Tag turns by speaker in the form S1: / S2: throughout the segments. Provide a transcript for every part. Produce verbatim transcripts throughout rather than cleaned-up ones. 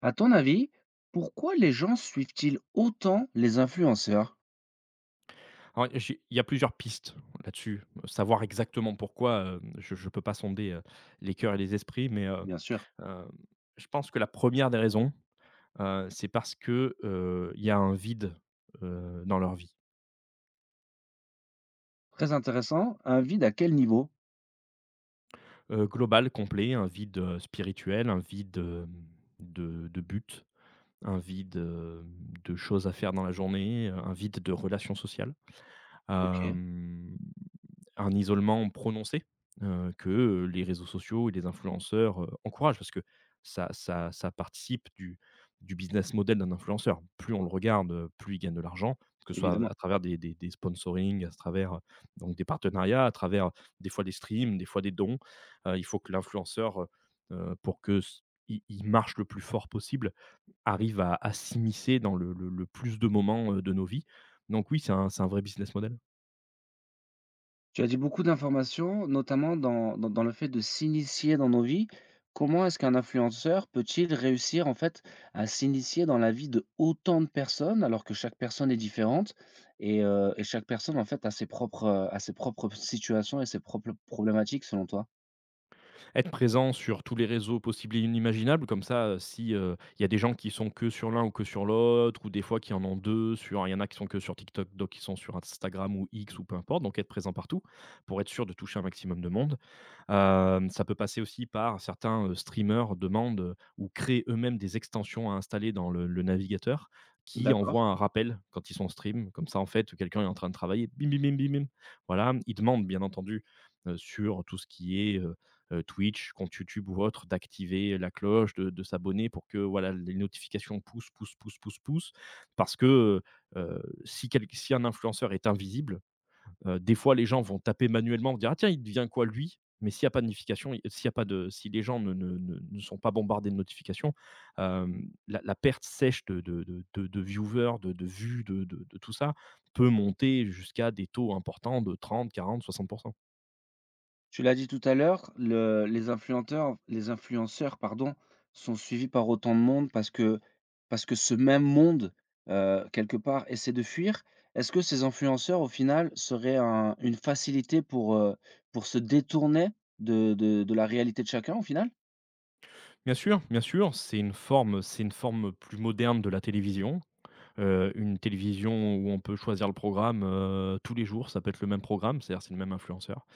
S1: À ton avis, pourquoi les gens suivent-ils autant les influenceurs?
S2: Alors, j'ai il y a plusieurs pistes là-dessus. Savoir exactement pourquoi, heu, je ne peux pas sonder, heu, les cœurs et les esprits, mais, heu,
S1: Bien sûr.
S2: hem, je pense que la première des raisons, heu, c'est parce que, heu, il y a un vide, heu, dans leur vie,
S1: Très intéressant. Un vide à quel niveau?
S2: heu, global, complet, un vide, heu, spirituel, un vide, hem, de de but, un vide, hem, de choses à faire dans la journée, heu, un vide de relations sociales.
S1: OK,
S2: Hem Un isolement prononcé, heu, que, heu, les réseaux sociaux et les influenceurs, heu, encouragent parce que ça ça ça participe du du business model d'un influenceur. Plus on le regarde, heu, plus il gagne de l'argent, que ce soit
S1: évidemment.
S2: à travers des des des sponsoring, à travers, heu, donc des partenariats, à travers des fois des streams, des fois des dons. Heu, il faut que l'influenceur, heu heu, pour que s il il marche le plus fort possible, arrive à à s'immiscer dans le le le plus de moments, heu, de nos vies. Donc oui, c'est un c'est un vrai business model.
S1: Tu as dit beaucoup d'informations, notamment dans dans dans le fait de s'initier dans nos vies. Comment est-ce qu'un influenceur peut-il réussir, en fait, à s'initier dans la vie de autant de personnes, alors que chaque personne est différente et heu et chaque personne, en fait, a ses propres, heu, a ses propres situations et ses propres problématiques, selon toi?
S2: être présent sur tous les réseaux possibles et inimaginables. Comme ça, heu, si, heu, il y a des gens qui sont que sur l'un ou que sur l'autre ou des fois qui en ont deux sur il y en a qui sont que sur TikTok, d'autres qui sont sur Instagram ou X ou peu importe, donc être présent partout pour être sûr de toucher un maximum de monde. Hem, ça peut passer aussi par certains, heu, streamers demandent, heu, ou créent eux-mêmes des extensions à installer dans le le navigateur qui
S1: D'accord.
S2: envoient un rappel quand ils sont en stream. Comme ça, en fait, quelqu'un est en train de travailler, bim, bim, bim, bim, bim. Voilà, ils demandent bien entendu, heu, sur tout ce qui est, euh, heu, Twitch, compte YouTube ou autre, d'activer la cloche, de de s'abonner pour que, voilà, les notifications poussent, poussent, poussent, poussent, poussent. Parce que, heu si quelqu si un influenceur est invisible, heu, des fois les gens vont taper manuellement, vont dire: «Ah tiens, il devient quoi lui?» Mais s'il n'y a pas de notification, il s'il y a pas de si les gens ne ne ne ne sont pas bombardés de notifications, hem, la la perte sèche de de de de de viewers, de de vues, de de de tout ça, peut monter jusqu'à des taux importants de trente, quarante, soixante.
S1: Tu l'as dit tout à l'heure, le les influenceurs, les influenceurs, pardon, sont suivis par autant de monde parce que parce que ce même monde, heu, quelque part, essaie de fuir. Est-ce que ces influenceurs, au final, seraient un une facilité pour, heu, pour se détourner de de de la réalité de chacun, au final?
S2: Bien sûr, bien sûr, c'est une forme c'est une forme plus moderne de la télévision, heu, une télévision où on peut choisir le programme, heu, tous les jours, ça peut être le même programme, c'est-à-dire c'est le même influenceur.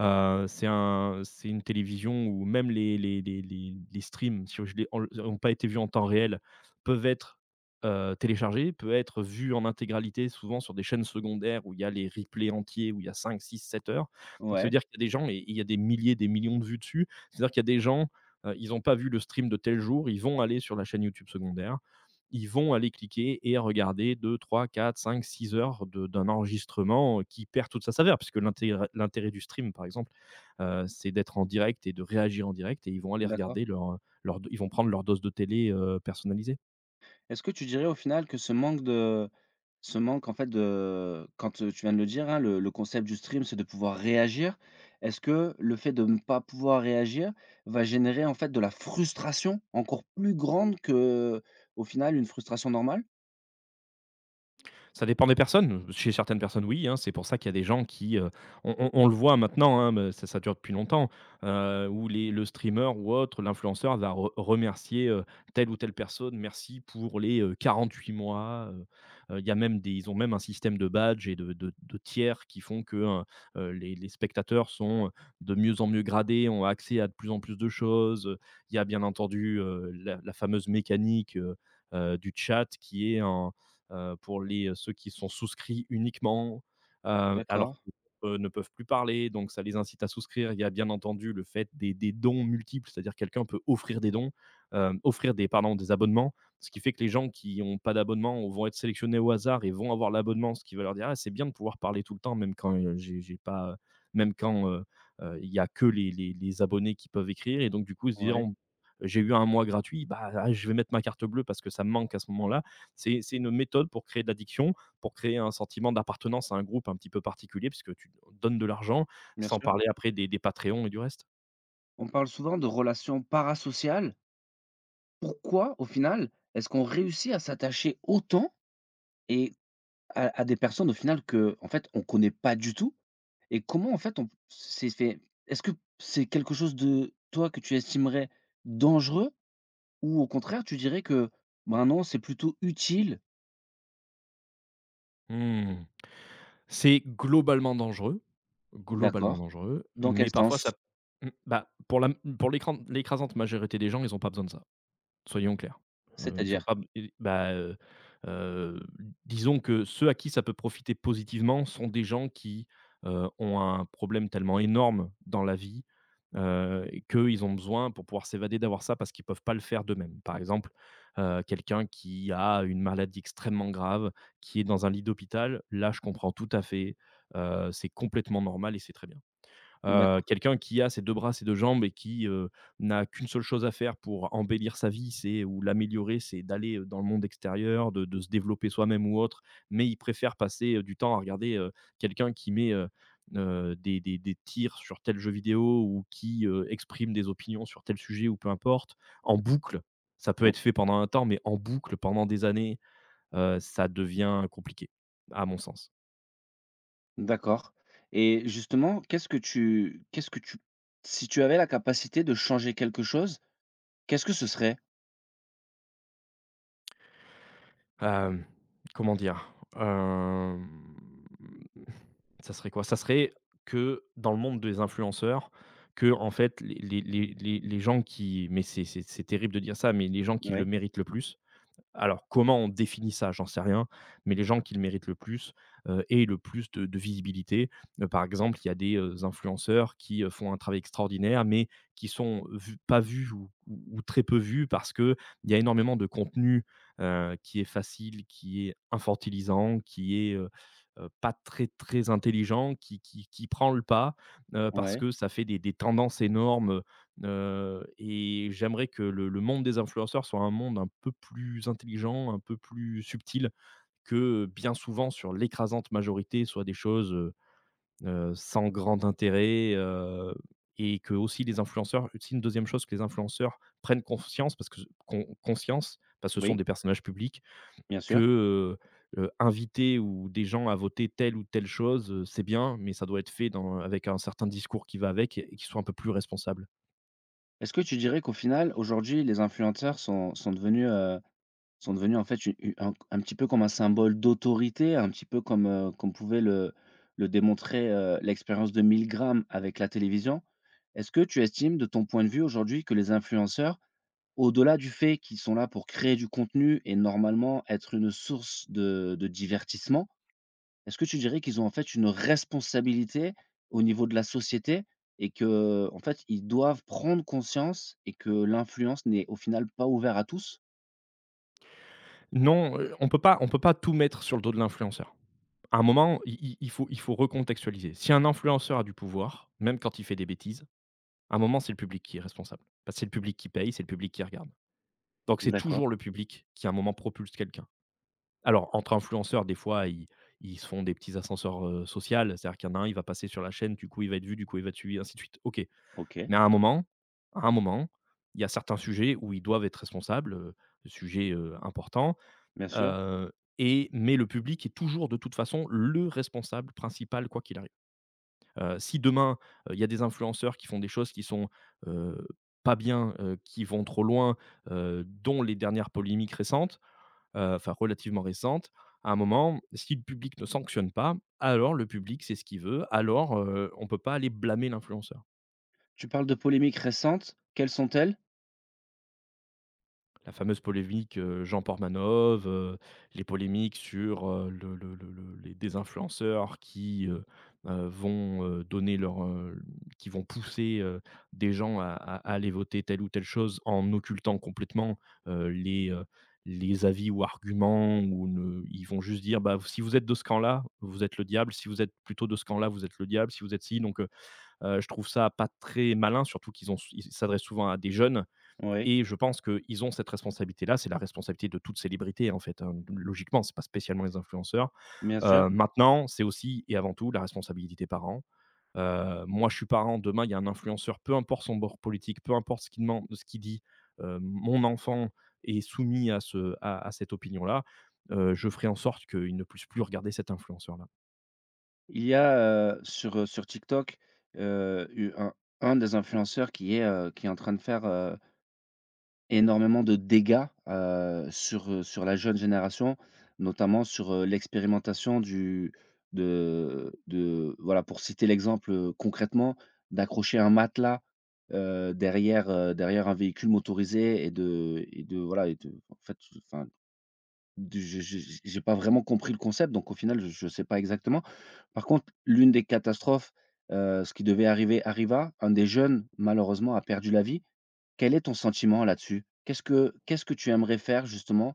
S2: Heu, c'est un c'est une télévision où même les les les les les streams, si je les en ont pas été vus en temps réel, peuvent être, heu, téléchargés, peuvent être vus en intégralité, souvent sur des chaînes secondaires où il y a les replays entiers, où il y a cinq, six, sept heures. Donc ça
S1: Ouais,
S2: veut dire qu'il y a des gens et il y a des milliers, des millions de vues dessus. C'est-à-dire qu'il y a des gens, heu, ils n'ont pas vu le stream de tel jour, ils vont aller sur la chaîne YouTube secondaire, ils vont aller cliquer et regarder deux, trois, quatre, cinq, six heures de d'un enregistrement, euh, qui perd toute sa saveur puisque l'intégré l'intérêt du stream, par exemple. Heu, c'est d'être en direct et de réagir en direct et ils vont aller
S1: d'accord.
S2: regarder leur, leur Ils vont prendre leur dose de télé, heu, personnalisée.
S1: Est-ce que tu dirais, au final, que ce manque de Ce manque en fait de quand, heu, tu viens de le dire, hein, le le concept du stream, c'est de pouvoir réagir. Est-ce que le fait de ne pas pouvoir réagir va générer en fait de la frustration encore plus grande que au final une frustration normale?
S2: Ça dépend des personnes. Chez certaines personnes, oui, hein, c'est pour ça qu'il y a des gens qui, heu, on on on le voit maintenant, hein, mais ça ça dure depuis longtemps, heu, où les le streamer ou autre, l'influenceur va re remercier, heu, telle ou telle personne. Merci pour les, heu, quarante-huit mois, heu, heu, il y a même des ils ont même un système de badge et de de de tiers qui font que, heu, heu, les les spectateurs sont, euh, de mieux en mieux gradés, ont accès à de plus en plus de choses. Il y a bien entendu, heu, la la fameuse mécanique, heu, heu, du chat qui est en heu, pour les, euh, ceux qui sont souscrits uniquement, heu, alors
S1: D'accord,
S2: que, heu, ne peuvent plus parler, donc ça les incite à souscrire. Il y a bien entendu le fait des des dons multiples, c'est-à-dire que quelqu'un peut offrir des dons, hem, offrir des pardon, des abonnements, ce qui fait que les gens qui ont pas d'abonnement vont être sélectionnés au hasard et vont avoir l'abonnement, ce qui va leur dire: «Ah, c'est bien de pouvoir parler tout le temps même quand, heu, j'ai j'ai pas, euh, même quand, heu heu, il y a que les les les abonnés qui peuvent écrire et donc du coup, ils se
S1: ouais,
S2: diront: «J'ai eu un mois gratuit, bah, ah, je vais mettre ma carte bleue parce que ça me manque à ce moment-là». C'est c'est une méthode pour créer de l'addiction, pour créer un sentiment d'appartenance à un groupe un petit peu particulier puisque tu donnes de l'argent,
S1: bien
S2: sans
S1: sûr.
S2: parler après des des Patreons et du reste.
S1: On parle souvent de relations parasociales. Pourquoi au final est-ce qu'on réussit à s'attacher autant et À à des personnes au final que en fait, on connaît pas du tout et comment en fait on s'est fait est-ce que c'est quelque chose de toi que tu estimerais dangereux ou au contraire tu dirais que, ben, non, c'est plutôt utile?
S2: Mmh. C'est globalement dangereux, globalement
S1: D'accord.
S2: dangereux,
S1: Dans quel
S2: mais parfois
S1: sens?
S2: ça mmh, bah, pour la pour l'écran l'écrasante majorité des gens, ils ont pas besoin de ça. Soyons clairs. Heu, ils sont
S1: C'est-à-dire?
S2: pas et bah, heu heu, disons que ceux à qui ça peut profiter positivement sont des gens qui, heu, ont un problème tellement énorme dans la vie, heu, et qu'ils ont besoin pour pouvoir s'évader d'avoir ça parce qu'ils peuvent pas le faire d'eux-mêmes. Par exemple, heu, quelqu'un qui a une maladie extrêmement grave, qui est dans un lit d'hôpital, là je comprends tout à fait, heu, c'est complètement normal et c'est très bien. Heu,
S1: D'accord,
S2: quelqu'un qui a ses deux bras, ses deux jambes et qui, heu, n'a qu'une seule chose à faire pour embellir sa vie, c'est ou l'améliorer, c'est d'aller, heu, dans le monde extérieur, de de se développer soi-même ou autre, mais il préfère passer, heu, du temps à regarder, heu, quelqu'un qui met, heu heu, des des des tirs sur tel jeu vidéo ou qui, heu, exprime des opinions sur tel sujet ou peu importe, en boucle. Ça peut
S1: bon,
S2: être fait pendant un temps, mais en boucle pendant des années, heu, ça devient compliqué, à mon sens.
S1: d'accord et justement, qu'est-ce que tu qu'est-ce que tu si tu avais la capacité de changer quelque chose, qu'est-ce que ce serait?
S2: Hem, Comment dire? Hem, ça serait quoi? Ça serait que dans le monde des influenceurs, que en fait les les les les les gens qui mais c'est c'est c'est terrible de dire ça, mais les gens qui le
S1: Oui,
S2: méritent le plus, alors, comment on définit ça? J'en sais rien, mais les gens qui le méritent le plus, heu, aient le plus de de visibilité. Heu, par exemple, il y a des, heu, influenceurs qui, heu, font un travail extraordinaire, mais qui sont vus pas vus ou ou ou très peu vus parce qu'il y a énormément de contenu, heu, qui est facile, qui est infantilisant, qui est, heu heu, pas très, très intelligent, qui qui qui prend le pas, heu, parce
S1: ouais,
S2: que ça fait des des tendances énormes. Heu et j'aimerais que le le monde des influenceurs soit un monde un peu plus intelligent, un peu plus subtil, que bien souvent sur l'écrasante majorité soit des choses, heu heu, sans grand intérêt, heu et que aussi les influenceurs aussi une deuxième chose que les influenceurs prennent conscience parce que con conscience, parce que ce sont
S1: oui,
S2: des personnages publics
S1: bien sûr.
S2: que, heu heu, inviter ou des gens à voter telle ou telle chose, heu, c'est bien, mais ça doit être fait dans avec un certain discours qui va avec et et qui soit un peu plus responsable.
S1: Est-ce que tu dirais qu'au final, aujourd'hui, les influenceurs sont sont devenus, heu Sont devenus en fait u u un un petit peu comme un symbole d'autorité, un petit peu comme, heu, comme pouvait le le démontrer, heu, l'expérience de Milgram avec la télévision. Est-ce que tu estimes de ton point de vue aujourd'hui que les influenceurs, au-delà du fait qu'ils sont là pour créer du contenu et normalement être une source de de divertissement, est-ce que tu dirais qu'ils ont en fait une responsabilité au niveau de la société et que en fait ils doivent prendre conscience et que l'influence n'est au final pas ouverte à tous?
S2: Non, heu, on peut pas on peut pas tout mettre sur le dos de l'influenceur. À un moment, i i il faut il faut recontextualiser. Si un influenceur a du pouvoir, même quand il fait des bêtises, à un moment, c'est le public qui est responsable. Parce que c'est le public qui paye, c'est le public qui regarde. Donc c'est
S1: D'accord,
S2: toujours le public qui, à un moment, propulse quelqu'un. Alors entre influenceurs, des fois, ils ils se font des petits ascenseurs, heu, social, c'est-à-dire qu'il y en a un, il va passer sur la chaîne, du coup, il va être vu, du coup, il va être suivi, ainsi de suite. OK,
S1: OK.
S2: mais à un moment à un moment, il y a certains sujets où ils doivent être responsables, heu, sujets, heu, importants.
S1: Bien sûr.
S2: Heu et mais le public est toujours de toute façon le responsable principal quoi qu'il arrive. Heu, si demain, heu, il y a des influenceurs qui font des choses qui sont, heu, pas bien, heu, qui vont trop loin, heu, dont les dernières polémiques récentes, heu, enfin relativement récentes, à un moment, si le public ne sanctionne pas, alors le public c'est ce qu'il veut, alors, heu, on peut pas aller blâmer l'influenceur.
S1: Tu parles de polémiques récentes, quelles sont-elles?
S2: La fameuse polémique, heu, Jean Portmanov, heu, les polémiques sur, heu, le le le le les des influenceurs qui, heu heu, vont, heu, donner leur, heu, qui vont pousser, heu, des gens à à à aller voter telle ou telle chose en occultant complètement, heu, les, heu, les avis ou arguments ou ne ils vont juste dire: «Bah, si vous êtes de ce camp-là, vous êtes le diable, si vous êtes plutôt de ce camp-là, vous êtes le diable, si vous êtes ci» donc heu heu, je trouve ça pas très malin, surtout qu'ils ont ils s'adressent souvent à des jeunes.
S1: Oui,
S2: Et je pense qu'ils ont cette responsabilité-là. C'est la responsabilité de toute célébrité, en fait, hein. Logiquement, c'est pas spécialement les influenceurs.
S1: bien sûr.
S2: Heu, maintenant, c'est aussi et avant tout la responsabilité des parents. Heu, moi, je suis parent, demain, il y a un influenceur, peu importe son bord politique, peu importe ce qu'il demande ce qu'il dit, heu, mon enfant est soumis à ce à à cette opinion-là, heu, je ferai en sorte qu'il ne puisse plus regarder cet influenceur-là.
S1: Il y a, heu, sur, heu, sur TikTok, heu, eu un un des influenceurs qui est, heu, qui est en train de faire, heu, énormément de dégâts, heu, sur, heu, sur la jeune génération, notamment sur, heu, l'expérimentation du de de voilà, pour citer l'exemple, heu, concrètement, d'accrocher un matelas, heu, derrière, heu, derrière un véhicule motorisé et de et de voilà et de en fait, enfin Du j'ai j'ai j'ai pas vraiment compris le concept, donc au final, je je sais pas exactement. Par contre, l'une des catastrophes, heu, ce qui devait arriver arriva. Un des jeunes, malheureusement, a perdu la vie. Quel est ton sentiment là-dessus? Qu'est-ce que qu'est-ce que tu aimerais faire justement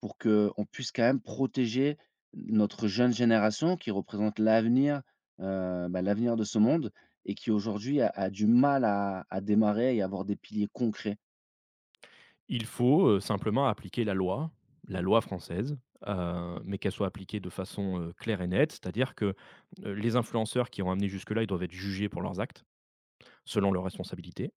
S1: pour que on puisse quand même protéger notre jeune génération qui représente l'avenir, heu, bah, l'avenir de ce monde et qui aujourd'hui a a du mal à à démarrer et avoir des piliers concrets?
S2: Il faut, heu, simplement appliquer la loi, la loi française, heu, mais qu'elle soit appliquée de façon, heu, claire et nette. C'est-à-dire que, heu, les influenceurs qui ont amené jusque-là, ils doivent être jugés pour leurs actes, selon leurs responsabilités.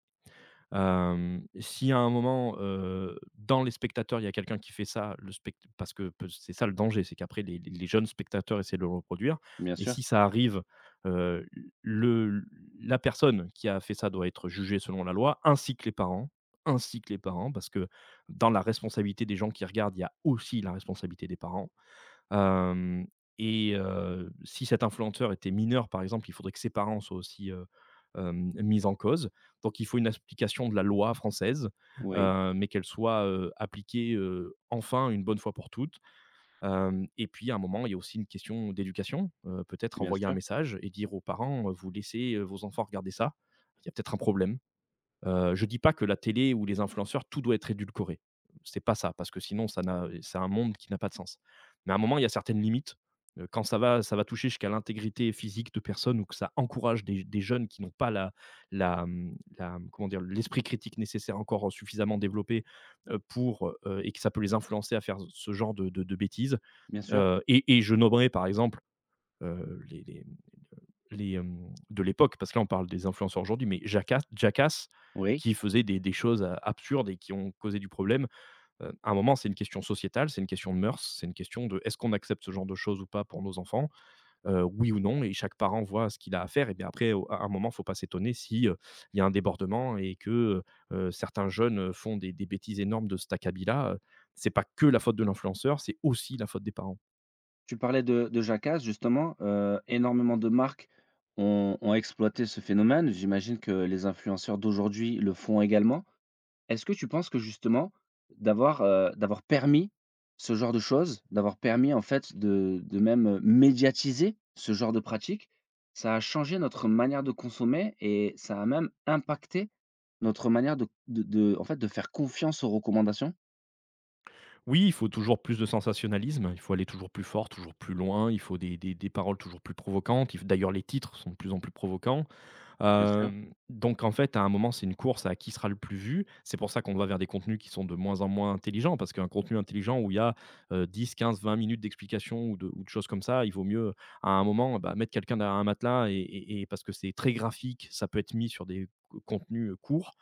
S2: Hem, si à un moment, heu, dans les spectateurs, il y a quelqu'un qui fait ça, le spect parce que peu c'est ça le danger, c'est qu'après les les les jeunes spectateurs essaient de le reproduire
S1: Bien
S2: et
S1: sûr,
S2: si ça arrive, heu, le la personne qui a fait ça doit être jugée selon la loi, ainsi que les parents ainsi que les parents, parce que dans la responsabilité des gens qui regardent, il y a aussi la responsabilité des parents. Hem et heu, si cet influenceur était mineur, par exemple, il faudrait que ses parents soient aussi, heu, hem, mis en cause. Donc il faut une application de la loi française,
S1: oui,
S2: heu, mais qu'elle soit, heu, appliquée, heu, enfin une bonne fois pour toutes. Hem et puis à un moment, il y a aussi une question d'éducation, heu, peut-être
S1: bien
S2: envoyer un
S1: sûr,
S2: message et dire aux parents: euh, «Vous laissez, heu, vos enfants regarder ça? Il y a peut-être un problème». Heu, je dis pas que la télé ou les influenceurs, tout doit être édulcoré. C'est pas ça, parce que sinon ça n'a c'est un monde qui n'a pas de sens. Mais à un moment, il y a certaines limites, heu, quand ça va ça va toucher jusqu'à l'intégrité physique de personnes ou que ça encourage des des jeunes qui n'ont pas la la, mmh, la, comment dire? L'esprit critique nécessaire encore suffisamment développé, heu, pour, heu et que ça peut les influencer à faire ce genre de de de bêtises,
S1: bien sûr,
S2: heu et et je nommerai par exemple, heu, les les, hem, de l'époque, parce que là, on parle des influenceurs aujourd'hui, mais Jackass Jackass
S1: oui.
S2: qui faisait des des choses, heu, absurdes et qui ont causé du problème. Heu, à un moment, c'est une question sociétale, c'est une question de mœurs, c'est une question de est-ce qu'on accepte ce genre de choses ou pas pour nos enfants? Heu, oui ou non? Et chaque parent voit ce qu'il a à faire et bien après au à un moment, faut pas s'étonner si, heu, il y a un débordement et que, heu certains jeunes, heu, font des des bêtises énormes de cet acabit-là, heu, c'est pas que la faute de l'influenceur, c'est aussi la faute des parents.
S1: Tu parlais de de Jackass justement, heu, énormément de marques ont ont exploité ce phénomène. J'imagine que les influenceurs d'aujourd'hui le font également. Est-ce que tu penses que justement d'avoir, heu, d'avoir permis ce genre de choses, d'avoir permis en fait de de même, heu, médiatiser ce genre de pratique, ça a changé notre manière de consommer et ça a même impacté notre manière de de de en fait de faire confiance aux recommandations?
S2: Oui, il faut toujours plus de sensationnalisme, il faut aller toujours plus fort, toujours plus loin, il faut des des des paroles toujours plus provocantes. Il f D'ailleurs, les titres sont de plus en plus provocants.
S1: Bien sûr,
S2: Hem, donc en fait, à un moment, c'est une course à qui sera le plus vu. C'est pour ça qu'on va vers des contenus qui sont de moins en moins intelligents, parce qu'un contenu intelligent où il y a, heu, dix quinze-vingt minutes d'explication ou de ou de choses comme ça, il vaut mieux, à un moment, bah, mettre quelqu'un derrière un matelas et et et parce que c'est très graphique, ça peut être mis sur des co contenus, heu, courts,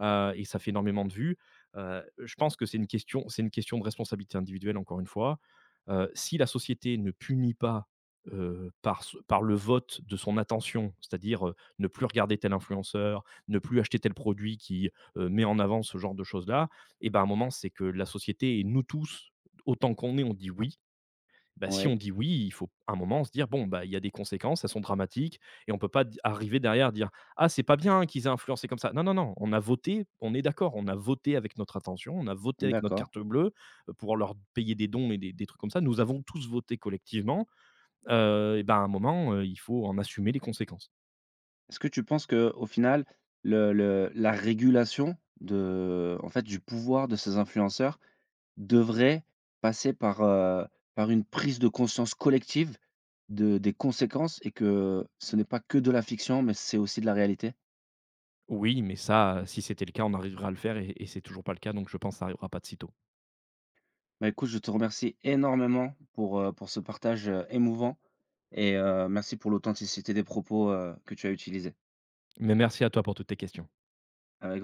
S2: heu et ça fait énormément de vues. Heu, je pense que c'est une question c'est une question de responsabilité individuelle, encore une fois. Heu, si la société ne punit pas, heu, par ce par le vote de son attention, c'est-à-dire, ne plus regarder tel influenceur, ne plus acheter tel produit qui euh, met en avant ce genre de choses-là, et ben à un moment, c'est que la société et nous tous, autant qu'on est, on dit oui. Bah, si
S1: Oui.
S2: on dit oui, il faut à un moment se dire bon, bah, il y a des conséquences, elles sont dramatiques, et on peut pas d- arriver derrière dire ah, c'est pas bien qu'ils aient influencé comme ça. Non, non, non, on a voté, on est d'accord, on a voté avec notre attention, on a voté avec notre
S1: D'accord.
S2: carte bleue euh, pour leur payer des dons et des, des trucs comme ça. Nous avons tous voté collectivement. Euh, et ben à un moment, euh, il faut en assumer les conséquences.
S1: Est-ce que tu penses que, au final, le le la régulation de en fait, du pouvoir de ces influenceurs devrait passer par, heu, par une prise de conscience collective de des conséquences et que ce n'est pas que de la fiction, mais c'est aussi de la réalité?
S2: Oui, mais ça, heu, si c'était le cas, on arrivera à le faire et et c'est toujours pas le cas, donc je pense que ça arrivera pas de sitôt.
S1: Bah, écoute, je te remercie énormément pour, heu, pour ce partage, heu, émouvant et heu, merci pour l'authenticité des propos, heu, que tu as utilisés.
S2: Mais merci à toi pour toutes tes questions.
S1: Avec